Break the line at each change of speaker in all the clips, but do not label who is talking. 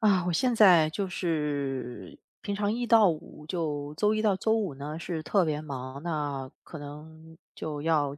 啊，我现在就是平常一到五就周一到周五呢是特别忙，那可能就要，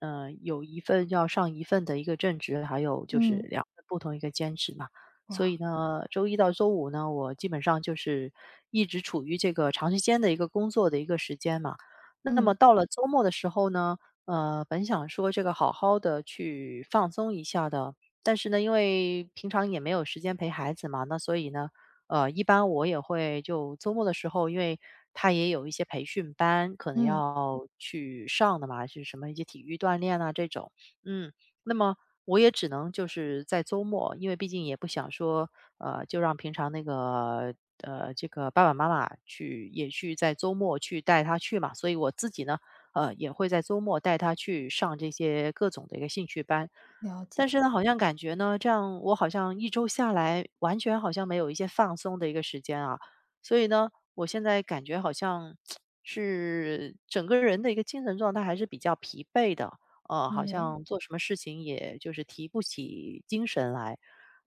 有一份要上一份的一个正职，还有就是
嗯。
两份不同一个兼职嘛。所
哇。
以呢，周一到周五呢，我基本上就是一直处于这个长时间的一个工作的一个时间嘛。那么
嗯
到了周末的时候呢，本想说这个好好的去放松一下的，但是呢，因为平常也没有时间陪孩子嘛，那所以呢，一般我也会就周末的时候，因为他也有一些培训班，可能
嗯。
要去上的嘛，是什么一些体育锻炼啊这种，嗯，那么我也只能就是在周末，因为毕竟也不想说，就让平常这个爸爸妈妈去也去在周末去带他去嘛，所以我自己呢，也会在周末带他去上这些各种的一个兴趣班。
了
但
解。
是呢，好像感觉呢，这样我好像一周下来，完全好像没有一些放松的一个时间啊。所以呢，我现在感觉好像是整个人的一个精神状态还是比较疲惫的，好
对。
像做什么事情也就是提不起精神来，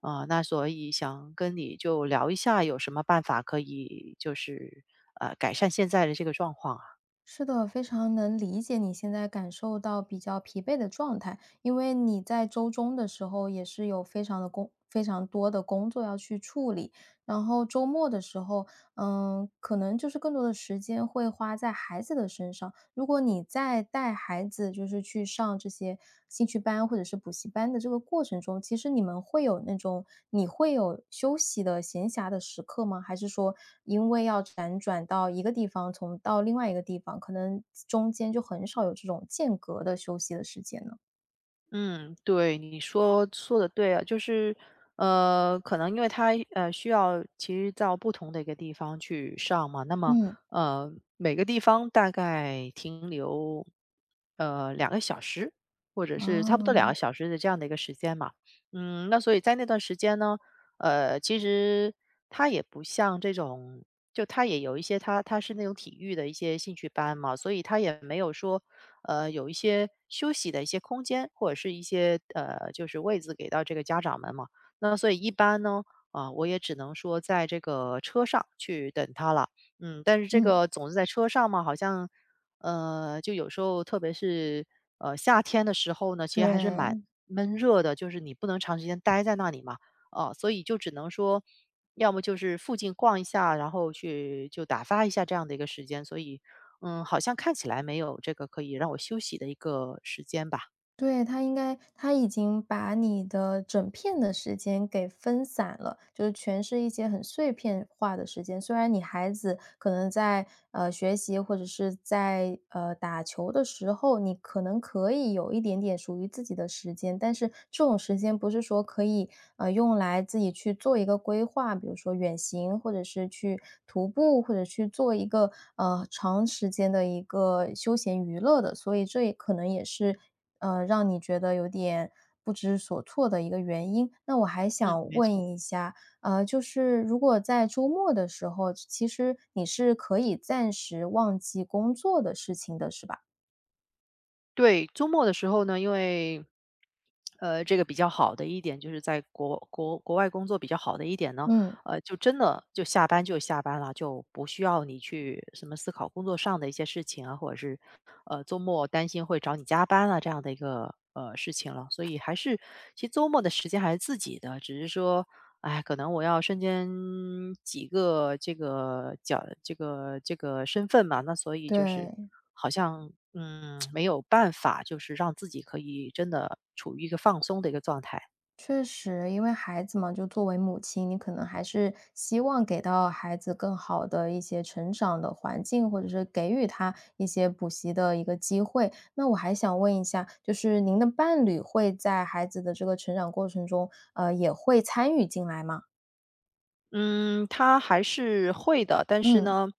啊、那所以想跟你就聊一下，有什么办法可以就是改善现在的这个状况啊？
是的，非常能理解你现在感受到比较疲惫的状态，因为你在周中的时候也是有非常的工非常多的工作要去处理，然后周末的时候嗯，可能就是更多的时间会花在孩子的身上。如果你在带孩子，就是去上这些兴趣班或者是补习班的这个过程中，其实你们会有那种你会有休息的闲暇的时刻吗？还是说因为要辗转到一个地方，从到另外一个地方，可能中间就很少有这种间隔的休息的时间呢？
嗯，对，你说的对啊，就是，可能因为他需要其实到不同的一个地方去上嘛，那么
嗯。
呃每个地方大概停留两个小时，或者是差不多两个
哦。
小时的这样的一个时间嘛，嗯，那所以在那段时间呢，其实他也不像这种，就他也有一些他是那种体育的一些兴趣班嘛，所以他也没有说有一些休息的一些空间，或者是一些就是位子给到这个家长们嘛。那所以一般呢，啊、我也只能说在这个车上去等他了。嗯，但是这
嗯。
个总是在车上嘛，好像就有时候特别是夏天的时候呢，其实还是蛮
对。
闷热的，就是你不能长时间待在那里嘛，啊、所以就只能说，要么就是附近逛一下，然后去就打发一下这样的一个时间，所以好像看起来没有这个可以让我休息的一个时间吧。
对，他应该他已经把你的整片的时间给分散了，就是全是一些很碎片化的时间。虽然你孩子可能在学习或者是在打球的时候，你可能可以有一点点属于自己的时间，但是这种时间不是说可以用来自己去做一个规划，比如说远行，或者是去徒步，或者去做一个长时间的一个休闲娱乐的。所以这也可能也是。让你觉得有点不知所措的一个原因。那我还
嗯，
想
没
问
错。
一下，就是如果在周末的时候，其实你是可以暂时忘记工作的事情的，是吧？
对，周末的时候呢，因为，这个比较好的一点就是在国外工作比较好的一点呢，
嗯。
就真的就下班就下班了，就不需要你去什么思考工作上的一些事情啊，或者是，周末担心会找你加班啊这样的一个事情了。所以还是其实周末的时间还是自己的，只是说，哎，可能我要瞬间几个这个角这个身份嘛，那所以就是
对。
好像没有办法，就是让自己可以真的处于一个放松的一个状态。
确实，因为孩子嘛，就作为母亲，你可能还是希望给到孩子更好的一些成长的环境，或者是给予他一些补习的一个机会。那我还想问一下，就是您的伴侣会在孩子的这个成长过程中，也会参与进来吗？
嗯，他还是会的，但是
嗯。
呢，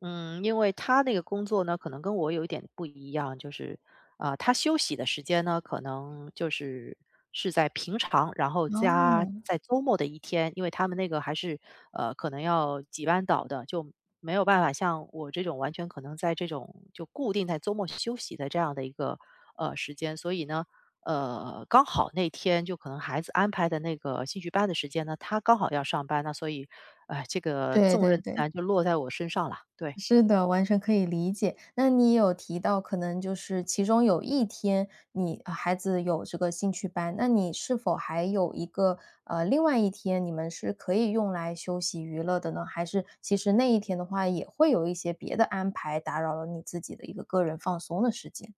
嗯，因为他那个工作呢，可能跟我有一点不一样，就是啊、他休息的时间呢，可能就是在平常，然后
哦。
加在周末的一天，因为他们那个还是可能要几班倒的，就没有办法像我这种完全可能在这种就固定在周末休息的这样的一个时间，所以呢，刚好那天就可能孩子安排的那个兴趣班的时间呢，他刚好要上班，那所以，哎，这个
对
重
对
任自
对。
然就落在我身上了，对。
是的，完全可以理解。那你也有提到可能就是其中有一天你孩子有这个兴趣班，那你是否还有一个另外一天你们是可以用来休息娱乐的呢？还是其实那一天的话也会有一些别的安排打扰了你自己的一个个人放松的时间？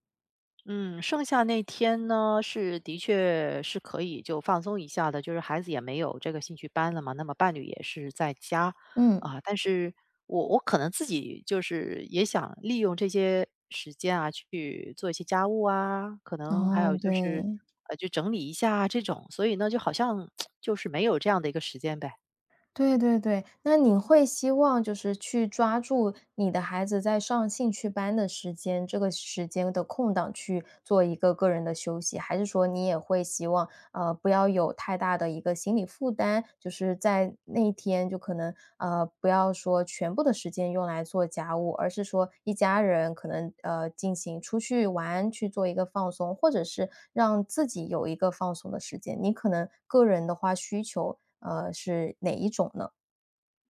嗯，剩下那天呢，是的确是可以就放松一下的，就是孩子也没有这个兴趣班了嘛，那么伴侣也是在家
嗯。
啊。但是我可能自己就是也想利用这些时间啊，去做一些家务啊，可能还
哦。
有就是
对。
就整理一下啊这种，所以呢，就好像 就是没有这样的一个时间呗。
对对对，那你会希望就是去抓住你的孩子在上兴趣班的时间，这个时间的空档去做一个个人的休息，还是说你也会希望不要有太大的一个心理负担，就是在那一天就可能不要说全部的时间用来做家务，而是说一家人可能进行出去玩去做一个放松，或者是让自己有一个放松的时间。你可能个人的话需求是哪一种呢？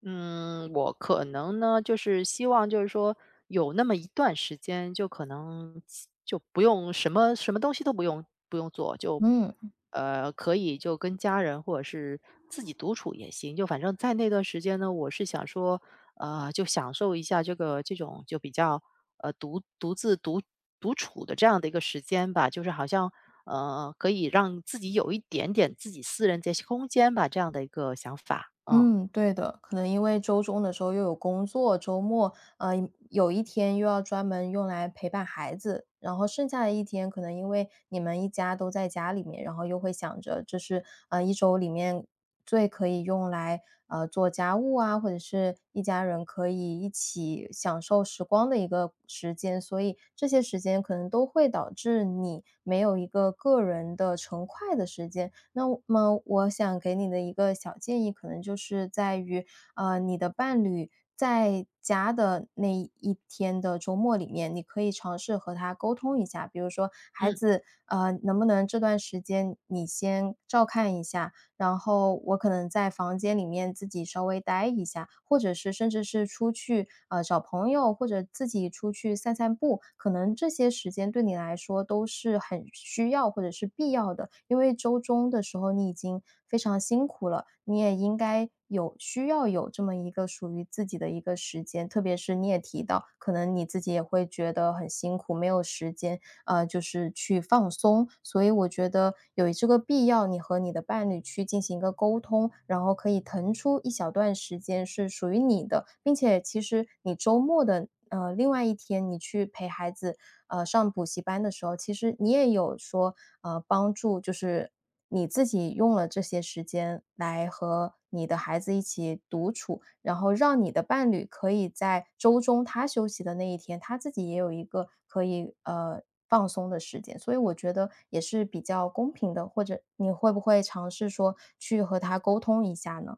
嗯，我可能呢，就是希望就是说有那么一段时间，就可能就不用什么什么东西都不用做，就
嗯。
可以就跟家人或者是自己独处也行。就反正在那段时间呢，我是想说，就享受一下这个这种就比较独独自独独处的这样的一个时间吧，就是好像。可以让自己有一点点自己私人这些空间吧，这样的一个想法，嗯
嗯，对的，可能因为周中的时候又有工作，周末呃有一天又要专门用来陪伴孩子，然后剩下的一天可能因为你们一家都在家里面，然后又会想着这是一周里面最可以用来做家务啊，或者是一家人可以一起享受时光的一个时间，所以这些时间可能都会导致你没有一个个人的成块的时间，那么我想给你的一个小建议，可能就是在于，你的伴侣在家的那一天的周末里面，你可以尝试和他沟通一下，比如说，孩
嗯。
子，能不能这段时间你先照看一下，然后我可能在房间里面自己稍微待一下，或者是甚至是出去，找朋友，或者自己出去散散步，可能这些时间对你来说都是很需要或者是必要的，因为周中的时候你已经非常辛苦了，你也应该有需要有这么一个属于自己的一个时间，特别是你也提到，可能你自己也会觉得很辛苦，没有时间，就是去放松。所以我觉得有这个必要，你和你的伴侣去进行一个沟通，然后可以腾出一小段时间是属于你的，并且其实你周末的另外一天，你去陪孩子上补习班的时候，其实你也有说帮助，就是你自己用了这些时间来和你的孩子一起独处，然后让你的伴侣可以在周中他休息的那一天，他自己也有一个可以放松的时间，所以我觉得也是比较公平的。或者你会不会尝试说去和他沟通一下呢？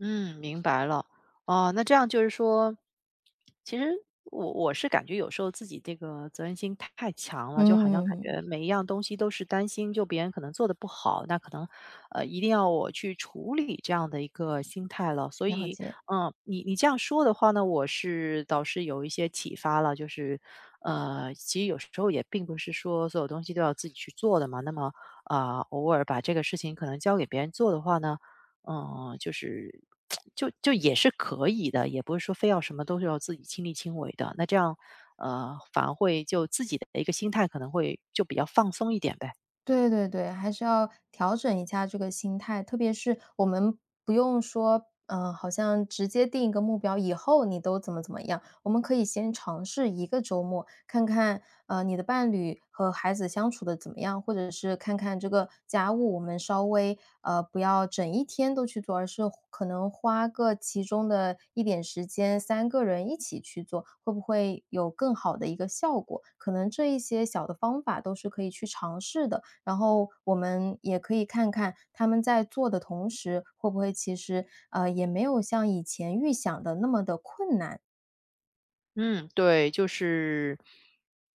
嗯，明白了。哦，那这样就是说，其实我是感觉有时候自己这个责任心太强了，就好像感
嗯。
觉每一样东西都是担心，就别人可能做的不好，那可能一定要我去处理这样的一个心态了。所
了
以，
解。
嗯，你这样说的话呢，我是倒是有一些启发了，就是其实有时候也并不是说所有东西都要自己去做的嘛。那么啊、偶尔把这个事情可能交给别人做的话呢。就是就也是可以的，也不是说非要什么都是要自己亲力亲为的。那这样，反而会就自己的一个心态可能会就比较放松一点呗。
对对对，还是要调整一下这个心态，特别是我们不用说，嗯、好像直接定一个目标，以后你都怎么怎么样，我们可以先尝试一个周末，看看你的伴侣和孩子相处的怎么样，或者是看看这个家务，我们稍微不要整一天都去做，而是可能花个其中的一点时间，三个人一起去做，会不会有更好的一个效果？可能这一些小的方法都是可以去尝试的。然后我们也可以看看他们在做的同时，会不会其实也没有像以前预想的那么的困难。
嗯，对，就是，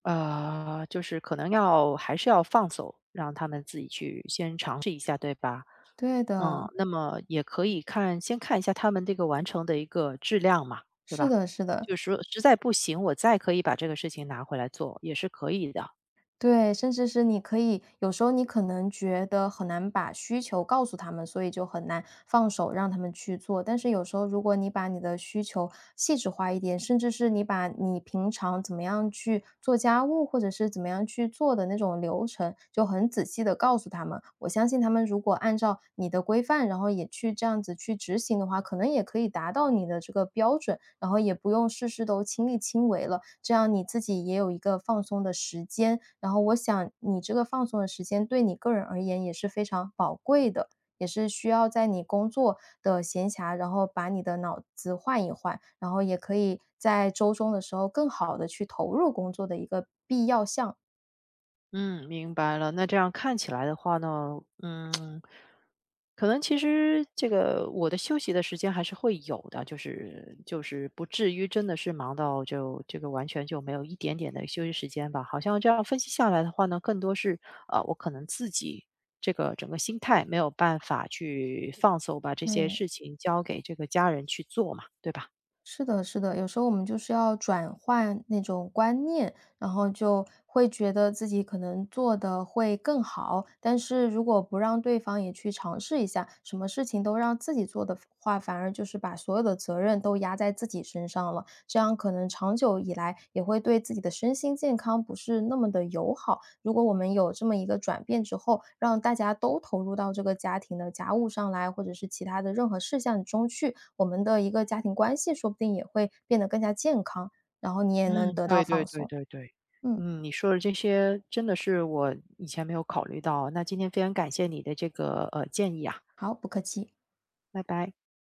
就是可能还是要放手，让他们自己去先尝试一下，对吧？
对
嗯，
的。
那么也可以先看一下他们这个完成的一个质量嘛，对
是
吧？
的，是的。
就是说实在不行，我再可以把这个事情拿回来做，也是可以的。
对，甚至是你可以有时候你可能觉得很难把需求告诉他们，所以就很难放手让他们去做。但是有时候如果你把你的需求细致化一点，甚至是你把你平常怎么样去做家务，或者是怎么样去做的那种流程，就很仔细的。告诉他们，我相信他们如果按照你的规范，然后也去这样子去执行的话，可能也可以达到你的这个标准，然后也不用事事都亲力亲为了，这样你自己也有一个放松的时间。然后我想你这个放松的时间对你个人而言也是非常宝贵的，也是需要在你工作的闲暇，然后把你的脑子换一换，然后也可以在周中的时候更好的去投入工作的一个必要项。
嗯，明白了。那这样看起来的话呢，可能其实这个我的休息的时间还是会有的，就是不至于真的是忙到就这个完全就没有一点点的休息时间吧。好像这样分析下来的话呢，更多是我可能自己这个整个心态没有办法去放手，把这些
对。
事情交给这个家人去做嘛，对吧？
是的，是的，有时候我们就是要转换那种观念，然后就会觉得自己可能做的会更好。但是如果不让对方也去尝试一下，什么事情都让自己做的话，反而就是把所有的责任都压在自己身上了。这样可能长久以来也会对自己的身心健康不是那么的友好。如果我们有这么一个转变之后，让大家都投入到这个家庭的家务上来，或者是其他的任何事项中去，我们的一个家庭关系说不定也会变得更加健康，然后你也能
嗯，
得到
对对
放
对
松。
对对，
嗯。
嗯，你说的这些真的是我以前没有考虑到啊，那今天非常感谢你的这个建议啊，
好，不客气。
拜拜。